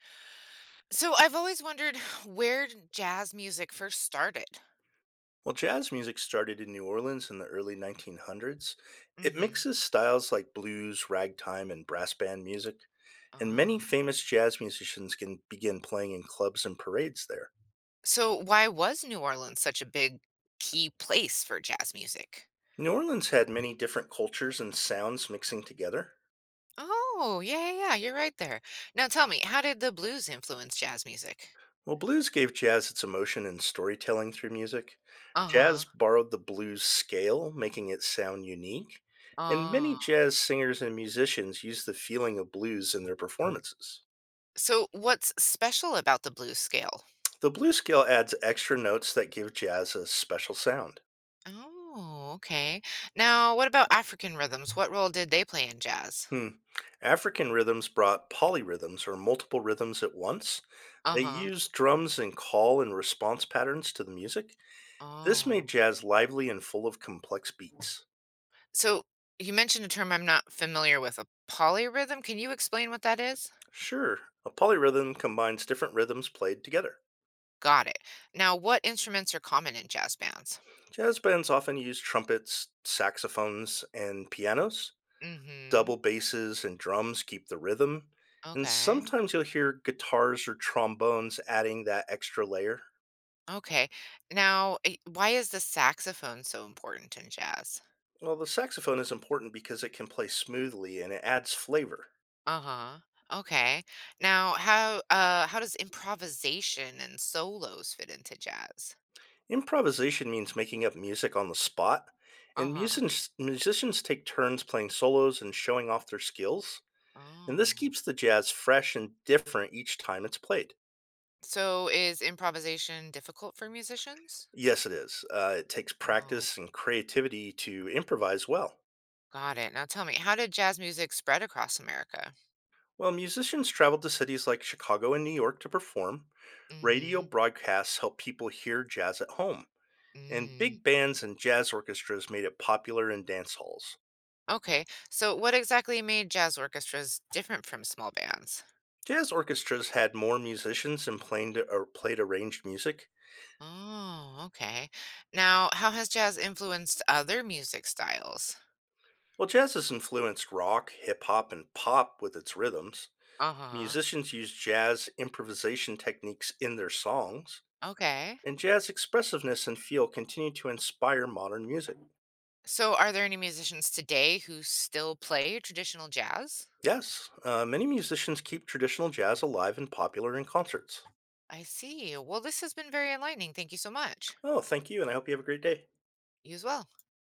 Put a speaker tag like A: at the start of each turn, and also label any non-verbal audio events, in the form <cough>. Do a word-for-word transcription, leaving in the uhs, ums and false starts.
A: So I've always wondered <sighs> where jazz music first started.
B: While jazz music started in New Orleans in the early nineteen hundreds, it
A: Hmm.
B: mixes styles like blues, ragtime, and brass band music, and many
A: Ah.
B: famous jazz musicians can begin playing in clubs and parades there.
A: So why was New Orleans such a big key place for jazz music?
B: New Orleans had many different cultures and sounds mixing together.
A: Oh, yeah, yeah, yeah, you're right there. Now tell me, how did the blues influence jazz music?
B: While blues gave jazz its emotion and storytelling through music,
A: Uh-huh.
B: jazz borrowed the blues scale, making it sound unique, and many
A: Ah.
B: jazz singers and musicians use the feeling of blues in their performances.
A: So what's special about the blues scale?
B: The blues scale adds extra notes that give jazz a special sound.
A: Oh, okay. Now, what about African rhythms? What role did they play in jazz?
B: Hmm. African rhythms brought polyrhythms or multiple rhythms at once. They
A: Uh-huh.
B: used drums and call and response patterns to the music. This made
A: Oh.
B: jazz lively and full of complex beats.
A: So you mentioned a term I'm not familiar with, a polyrhythm. Can you explain what that is?
B: Sure, a polyrhythm combines different rhythms played together.
A: Got it. Now, what instruments are common in jazz bands?
B: Jazz bands often use trumpets, saxophones, and pianos.
A: Hmm.
B: Double basses and drums keep the rhythm, and
A: Okay.
B: sometimes you'll hear guitars or trombones adding that extra layer.
A: Okay. Now, eh, why is the saxophone so important in jazz?
B: Well, the saxophone is important because it can play smoothly and it adds flavor.
A: Uh-huh. Okay. Now, how uh how does improvisation and solos fit into jazz?
B: Improvisation means making up music on the spot, and
A: Uh-huh.
B: musicians, musicians take turns playing solos and showing off their skills, and this
A: Oh.
B: keeps the jazz fresh and different each time it's played.
A: So is improvisation difficult for musicians?
B: Yes, it is. Uh, it takes
A: Oh.
B: practice and creativity to improvise well.
A: Got it. Now tell me, how did jazz music spread across America?
B: While musicians traveled to cities like Chicago and New York to perform, radio
A: Hmm.
B: broadcasts helped people hear jazz at home, and
A: Mm.
B: big bands and jazz orchestras made it popular in dance halls.
A: Okay. So what exactly made jazz orchestras different from small bands?
B: Jazz orchestras had more musicians and played, or played arranged music.
A: Oh, okay. Now, how has jazz influenced other music styles?
B: While jazz has influenced rock, hip hop, and pop with its rhythms,
A: Uh-huh.
B: musicians use jazz improvisation techniques in their songs,
A: Okay.
B: and jazz expressiveness and feel continue to inspire modern music.
A: So are there any musicians today who still play traditional jazz?
B: Yes, uh, many musicians keep traditional jazz alive and popular in concerts.
A: I see. Well, this has been very enlightening. Thank you so much.
B: Oh, thank you, and I hope you have a great day.
A: You as well.